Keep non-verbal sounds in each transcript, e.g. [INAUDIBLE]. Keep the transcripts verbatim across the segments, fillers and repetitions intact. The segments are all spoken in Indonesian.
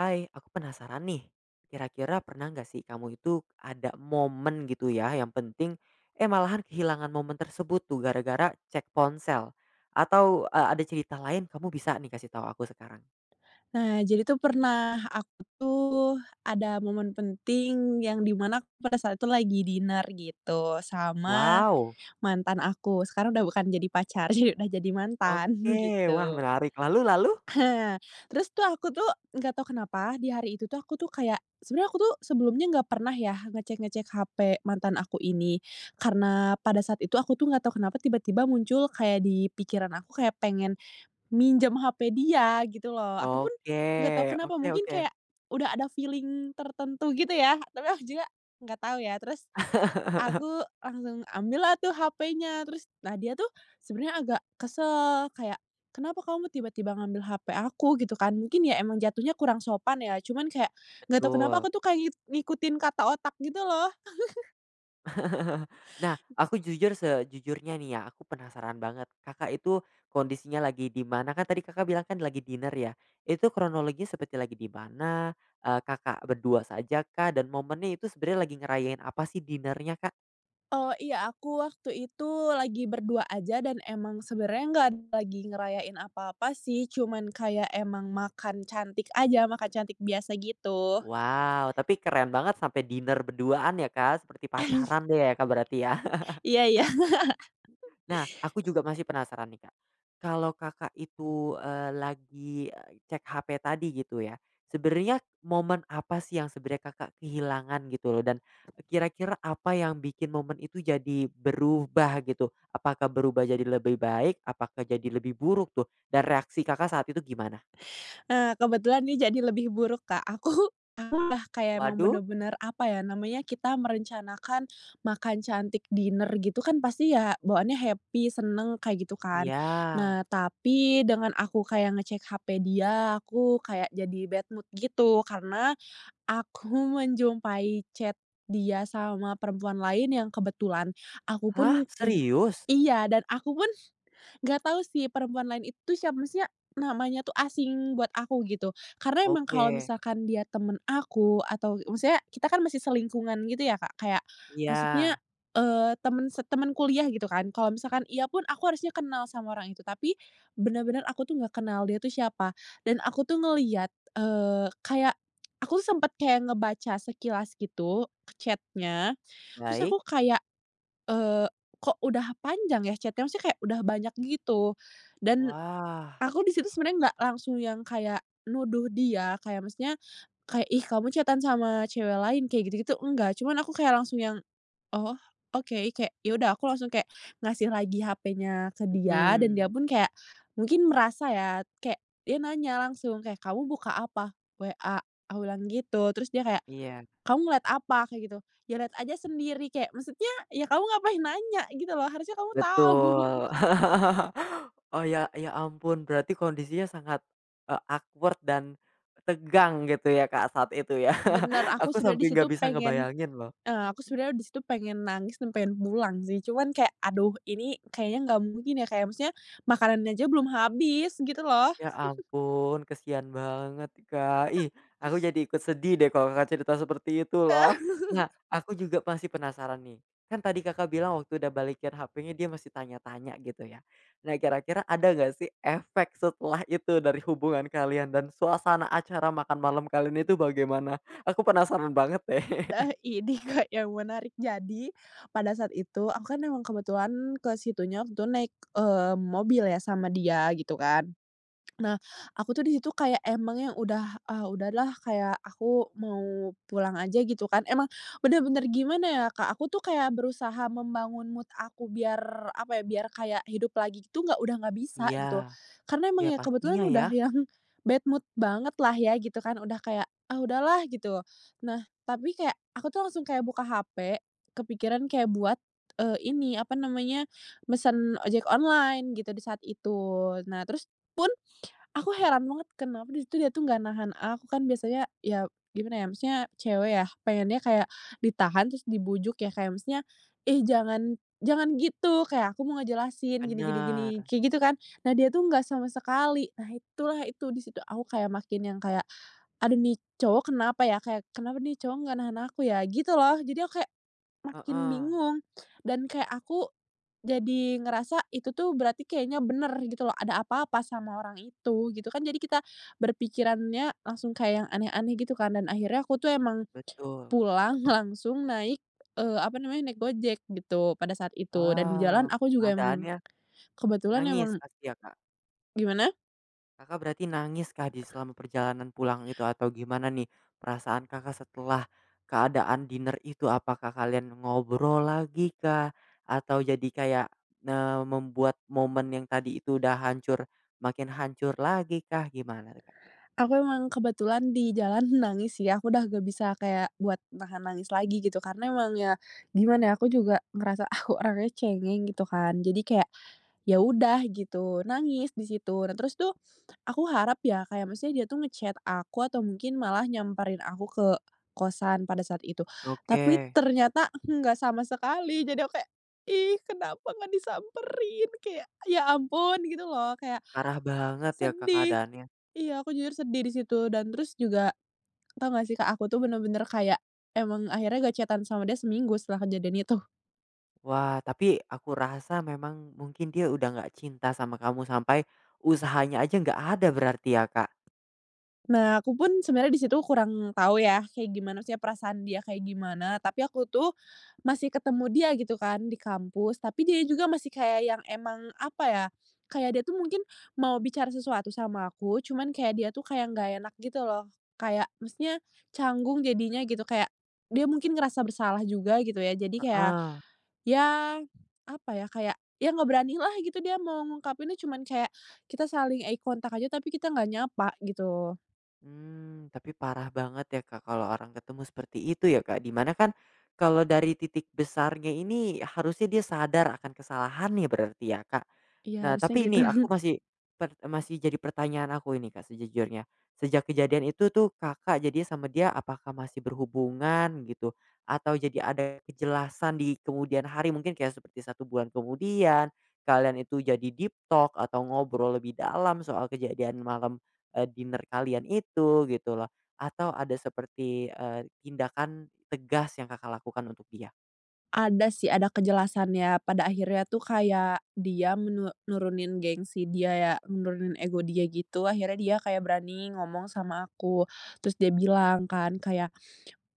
Hai, aku penasaran nih. Kira-kira pernah nggak sih kamu itu ada momen gitu ya yang penting, eh malahan kehilangan momen tersebut tuh gara-gara cek ponsel? Atau, eee, ada cerita lain kamu bisa nih kasih tahu aku sekarang? Nah, jadi tuh pernah aku tuh ada momen penting yang di mana aku pada saat itu lagi dinner gitu sama Wow, mantan aku. Sekarang udah bukan jadi pacar, [LAUGHS] jadi udah jadi mantan oke. [LAUGHS] Wah gitu. menarik. Lalu lalu? Nah, Terus tuh aku tuh nggak tahu kenapa di hari itu tuh aku tuh kayak sebenarnya aku tuh sebelumnya nggak pernah ya ngecek-ngecek H P mantan aku ini karena pada saat itu aku tuh nggak tahu kenapa tiba-tiba muncul kayak di pikiran aku kayak pengen Minjem H P dia gitu loh. Aku pun nggak tahu Oke, kenapa, oke mungkin oke. kayak udah ada feeling tertentu gitu ya, tapi aku juga nggak tahu ya. Terus [LAUGHS] aku langsung ambil ambillah tuh H P-nya, terus nah dia tuh sebenarnya agak kesel, kayak, "Kenapa kamu tiba-tiba ngambil H P aku?" Gitu kan. Mungkin ya emang jatuhnya kurang sopan ya, cuman kayak nggak tahu kenapa Betul. aku tuh kayak ngik ngikutin kata otak gitu loh. [LAUGHS] Nah, aku jujur sejujurnya nih ya, aku penasaran banget. Kakak itu kondisinya lagi di mana? Kan tadi Kakak bilang kan lagi dinner ya. Itu kronologinya seperti lagi di mana? Eh, kakak berdua saja kah? Dan momennya itu sebenarnya lagi ngerayain apa sih dinernya, Kak? Oh, iya, aku waktu itu lagi berdua aja dan emang sebenarnya nggak ada lagi ngerayain apa-apa sih, cuman kayak emang makan cantik aja, makan cantik biasa gitu. Wow, tapi keren banget sampai dinner berduaan ya, Kak. Seperti [LAUGHS] pacaran deh ya, Kak berarti ya. Iya iya, Nah, aku juga masih penasaran nih, Kak. Kalau Kakak itu, eee, lagi, eee, cek H P tadi gitu ya, sebenarnya momen apa sih yang sebenarnya Kakak kehilangan gitu loh dan e, kira-kira apa yang bikin momen itu jadi berubah gitu? Apakah berubah jadi lebih baik? Apakah jadi lebih buruk tuh? Dan reaksi Kakak saat itu gimana? eee, kebetulan nih jadi lebih buruk, Kak. Aku aku lah kayak emang Waduh, bener-bener, apa ya namanya, kita merencanakan makan cantik dinner gitu kan pasti ya bawaannya happy, seneng, kayak gitu kan. iya. Nah, tapi dengan aku kayak ngecek H P dia, aku kayak jadi bad mood gitu karena Aku menjumpai chat dia sama perempuan lain yang kebetulan aku Hah, pun, mmm serius? iya, dan aku pun Nggak tahu sih perempuan lain itu siapa, maksudnya namanya tuh asing buat aku gitu. Karena emang Oke, kalau misalkan dia temen aku atau maksudnya kita kan masih selingkungan gitu ya, Kak, kayak iya, maksudnya, eee, temen se temen kuliah gitu kan. Kalau misalkan iya pun aku harusnya kenal sama orang itu, tapi bener-bener aku tuh nggak kenal dia tuh siapa. Dan aku tuh ngelihat, eee, kayak aku tuh sempet kayak ngebaca sekilas gitu, chatnya terus aku baik. kayak Eee, kok udah panjang ya chat-nya, maksudnya kayak udah banyak gitu. Dan Wah, aku di situ sebenarnya nggak langsung yang kayak nuduh dia, kayak maksudnya Kayak, "Ih kamu chat sama cewek lain?" Kayak gitu-gitu enggak, cuman aku kayak langsung yang, "Oh oke," kayak ya udah aku langsung kayak ngasih lagi H P-nya ke dia dan dia mhm, pun kayak mungkin merasa ya, kayak dia nanya langsung kayak, "Kamu buka apa?" "W A," aku bilang gitu. Terus dia kayak, iya. "Kamu ngeliat apa?" Kayak gitu. "Ya lihat aja sendiri," kayak maksudnya ya kamu ngapain nanya gitu loh, harusnya kamu tahu. Betul. [LAUGHS] Oh, ya ya ampun, berarti kondisinya sangat, eee, awkward dan tegang gitu ya, Kak, saat itu ya. Bener, [LAUGHS] aku Aku sebenarnya di sampai situ nggak bisa pengen, ngebayangin loh. eee, aku sebenarnya di situ pengen nangis dan pengen pulang sih, cuman kayak, aduh ini kayaknya nggak mungkin ya, kayak maksudnya makanannya aja belum habis gitu loh. Ya ampun, kesian banget, Kak. Ih, aku jadi ikut sedih deh kalau Kakak cerita seperti itu loh. Nah, [LAUGHS] aku juga masih penasaran nih. Kan tadi Kakak bilang waktu udah balikin H P-nya dia masih tanya-tanya gitu ya. Nah, kira-kira ada nggak sih efek setelah itu dari hubungan kalian dan suasana acara makan malam kalian itu bagaimana? Aku penasaran banget deh. Nah [LAUGHS] ini Kak yang menarik, jadi pada saat itu aku kan emang kebetulan ke situnya waktu itu naik, eee, mobil ya sama dia gitu kan. Nah, aku tuh di situ kayak emang yang udah, ah, udahlah kayak aku mau pulang aja gitu kan. Emang bener-bener gimana ya, Kak, aku tuh kayak berusaha membangun mood aku biar apa ya, biar kayak hidup lagi itu nggak udah nggak bisa Iya, gitu. Karena iya emang ya kebetulan pastinya ya. udah yang [LAUGHS] bad mood banget lah ya gitu kan, udah kayak, "Ah, udahlah," gitu. Nah, tapi kayak aku tuh langsung kayak buka H P, kepikiran kayak buat, eee, ini, apa namanya, mesen ojek online gitu di saat itu. Nah, terus pun Aku heran banget kenapa di situ dia tuh nggak nahan aku, kan biasanya ya gimana ya, maksudnya cewek ya pengennya kayak ditahan terus dibujuk ya, kayak maksudnya, eh jangan jangan gitu, kayak aku mau ngejelasin gini gini gini," Benar, kayak gitu kan. Nah dia tuh nggak sama sekali. Nah itulah itu, di situ aku kayak makin yang kayak, "Aduh nih cowok kenapa ya? Kayak kenapa nih cowok nggak nahan aku ya?" Gitu loh. Jadi aku kayak Makin heeh, bingung dan kayak aku jadi ngerasa itu tuh berarti kayaknya bener gitu loh, ada apa-apa sama orang itu gitu kan. Jadi kita berpikirannya langsung kayak yang aneh-aneh gitu kan dan akhirnya aku tuh emang betul. pulang [LAUGHS] langsung naik, eee, apa namanya, naik Gojek gitu pada saat itu dan di Ah, jalan aku juga emang keadaannya kebetulan nangis emang pasti ya, Kak? gimana? Kakak berarti nangis kah di selama perjalanan pulang itu atau gimana nih perasaan Kakak setelah keadaan dinner itu? Apakah kalian ngobrol lagi kah? Atau jadi kayak, eee, membuat momen yang tadi itu udah hancur makin hancur lagi kah? Gimana tuh, Kak? Aku emang kebetulan di jalan [LAUGHS] nangis sih, aku udah gak bisa kayak buat nahan nangis lagi gitu, karena emang ya gimana ya, aku juga ngerasa [LAUGHS] aku orangnya cengeng gitu kan. Jadi kayak ya udah gitu, nangis di situ. Nah, terus tuh aku harap ya kayak maksudnya dia tuh ngechat aku atau mungkin malah nyamperin aku ke kosan pada saat itu. Oke, Tapi ternyata nggak sama sekali, jadi aku kayak, "Ih, kenapa nggak disamperin?" Kayak, ya ampun gitu loh, kayak parah banget ya, Kak, sedih. keadaannya. Iya, aku jujur sedih di situ dan terus juga tau gak sih, Kak, aku tuh bener-bener kayak emang akhirnya gak chat sama dia seminggu setelah kejadian itu. Wah, tapi aku rasa memang mungkin dia udah nggak cinta sama kamu sampai usahanya aja nggak ada berarti ya, Kak? Nah, aku pun sebenarnya di situ kurang tahu ya kayak gimana, sih perasaan dia kayak gimana, tapi aku tuh masih ketemu dia gitu kan di kampus, tapi dia juga masih kayak yang emang apa ya, kayak dia tuh mungkin mau bicara sesuatu sama aku, cuman kayak dia tuh kayak nggak enak gitu loh, kayak maksudnya canggung jadinya gitu, kayak dia mungkin ngerasa bersalah juga gitu ya, jadi kayak Heeh. Ya, apa ya, kayak, ya nggak berani lah gitu dia mau ngungkapinnya cuman kayak kita saling eye contact aja tapi kita nggak nyapa gitu. Hmm, tapi parah banget ya, Kak, kalau orang ketemu seperti itu ya, Kak, di mana kan kalau dari titik besarnya ini harusnya dia sadar akan kesalahannya berarti ya, Kak. Iya, Nah, harusnya tapi gitu. ini aku [LAUGHS] masih per masih jadi pertanyaan aku ini, Kak, sejujurnya. Sejak kejadian itu tuh Kakak jadi sama dia apakah masih berhubungan gitu? Atau jadi ada kejelasan di kemudian hari mungkin kayak seperti satu bulan kemudian, kalian itu jadi deep talk atau ngobrol lebih dalam soal kejadian malam eee, dinner kalian itu gitu loh, atau ada seperti, eee, tindakan tegas yang Kakak lakukan untuk dia? Ada sih, ada kejelasannya pada akhirnya tuh kayak dia menu nurunin gengsi dia ya, nurunin ego dia gitu, akhirnya dia kayak berani ngomong sama aku. Terus dia bilang kan kayak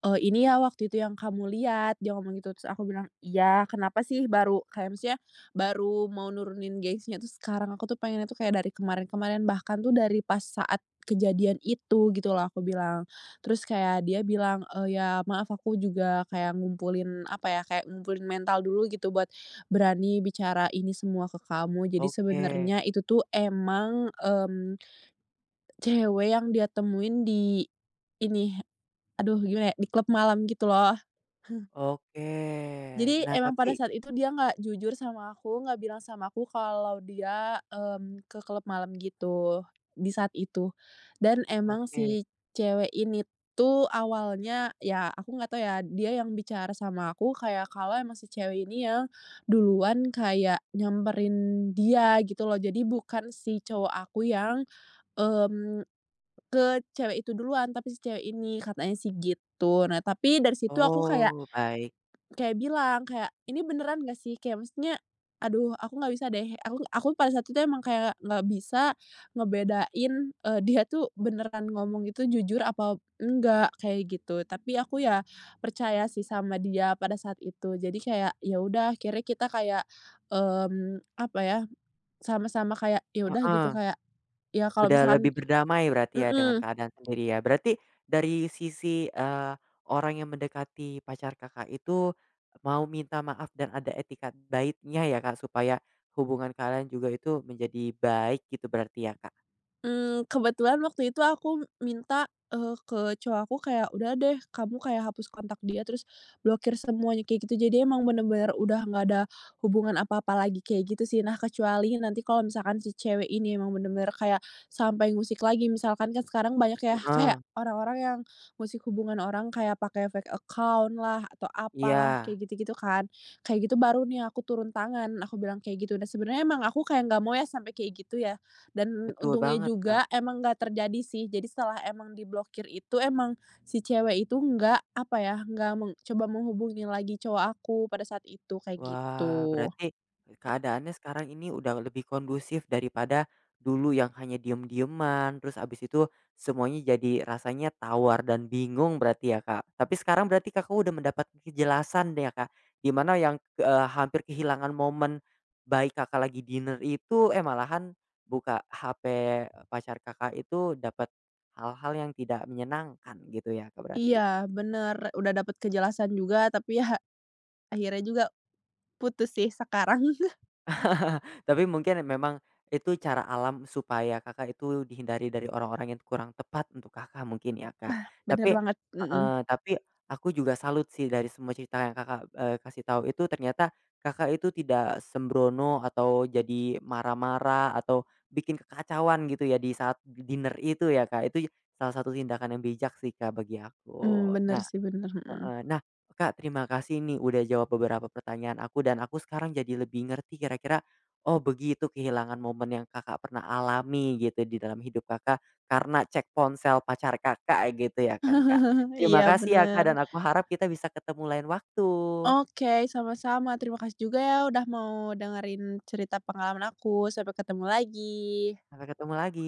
oh "Ini ya waktu itu yang kamu lihat," dia ngomong gitu, terus aku bilang, "Iya, kenapa sih baru" kayak maksudnya baru mau nurunin gengsinya tuh sekarang, aku tuh pengennya tuh kayak dari kemarin-kemarin, bahkan tuh dari pas saat kejadian itu gitu loh aku bilang. Terus kayak dia bilang, eee, "Ya maaf aku juga kayak ngumpulin apa ya, kayak ngumpulin mental dulu gitu buat berani bicara ini semua ke kamu, jadi Oke sebenarnya itu tuh emang, mmm, cewek yang dia temuin di ini, aduh gimana ya, di klub malam gitu loh." oke. Jadi Nah emang tapi pada saat itu dia nggak jujur sama aku, nggak bilang sama aku kalau dia, mmm, ke klub malam gitu, di saat itu. Dan emang oke. si cewek ini tuh awalnya ya aku nggak tahu ya, dia yang bicara sama aku kayak kalau emang si cewek ini yang duluan kayak nyamperin dia gitu loh. Jadi bukan si cowok aku yang, mmm, ke cewek itu duluan, tapi si cewek ini, katanya sih gitu. Nah tapi dari situ aku kayak Oh baik, Kayak bilang, kayak, "Ini beneran gak sih?" Kayak maksudnya, "Aduh aku nggak bisa deh," aku aku pada saat itu emang kayak nggak bisa ngebedain, eee, dia tuh beneran ngomong itu jujur apa enggak, kayak gitu. Tapi aku ya percaya sih sama dia pada saat itu. Jadi kayak, ya udah akhirnya kita kayak, mmm, apa ya, sama-sama kayak, ya udah gitu heeh. kayak, ya kalau Udah lebih misalkan berdamai berarti ya dengan mhm. keadaan sendiri ya. Berarti dari sisi, eee, orang yang mendekati pacar Kakak itu mau minta maaf dan ada etikat baiknya ya Kak, supaya hubungan kalian juga itu menjadi baik gitu berarti ya Kak? Mmm, kebetulan waktu itu aku minta, eee, ke cowok aku kayak, "Udah deh kamu kayak hapus kontak dia, terus blokir semuanya," kayak gitu. Jadi emang bener-bener udah nggak ada hubungan apa-apa lagi kayak gitu sih. Nah kecuali nanti kalau misalkan si cewek ini emang bener-bener kayak sampai ngusik lagi, misalkan kan sekarang banyak ya [LAUGHS] Heeh, kayak orang-orang yang ngusik hubungan orang kayak pakai fake account lah atau apalah iya. kayak gitu-gitu kan. Kayak gitu baru nih aku turun tangan, aku bilang kayak gitu. Nah sebenarnya emang aku kayak nggak mau ya sampai kayak gitu ya. Dan Betul untungnya banget, juga Kak. emang nggak terjadi sih, jadi setelah emang diblokir itu emang si cewek itu nggak, apa ya, nggak meng coba menghubungi lagi cowok aku pada saat itu, kayak Wah, gitu. berarti keadaannya sekarang ini udah lebih kondusif daripada dulu yang hanya diem-dieman, terus abis itu semuanya jadi rasanya tawar dan bingung berarti ya, Kak. Tapi sekarang berarti Kakak udah mendapatkan kejelasan deh ya, Kak, dimana yang, eee, hampir kehilangan momen baik Kakak lagi dinner itu, eh, malahan buka H P pacar Kakak itu dapat hal-hal yang tidak menyenangkan gitu ya, Kak, Iya, berarti? bener, udah dapat kejelasan juga tapi ya akhirnya juga putus sih sekarang. [LAUGHS] [LAUGHS] Tapi mungkin memang itu cara alam supaya Kakak itu dihindari dari orang-orang yang kurang tepat untuk Kakak mungkin ya, Kak. Nah, bener Tapi banget, heeh, mhm. tapi aku juga salut sih dari semua cerita yang Kakak, eee, kasih tahu itu ternyata Kakak itu tidak sembrono atau jadi marah-marah atau bikin kekacauan gitu ya di saat dinner itu ya, Kak. Itu salah satu tindakan yang bijak sih, Kak, bagi aku. Mmm, bener Nah sih, bener, mhm. heeh. Nah, Kak, terima kasih nih udah jawab beberapa pertanyaan aku dan aku sekarang jadi lebih ngerti kira-kira, oh begitu kehilangan momen yang Kakak pernah alami gitu di dalam hidup Kakak karena cek ponsel pacar Kakak gitu ya kan, Kak. [LAUGHS] Terima Iya, kasih ya, Kak, bener. dan aku harap kita bisa ketemu lain waktu. Oke, sama-sama, terima kasih juga ya udah mau dengerin cerita pengalaman aku, sampai ketemu lagi. Sampai ketemu lagi.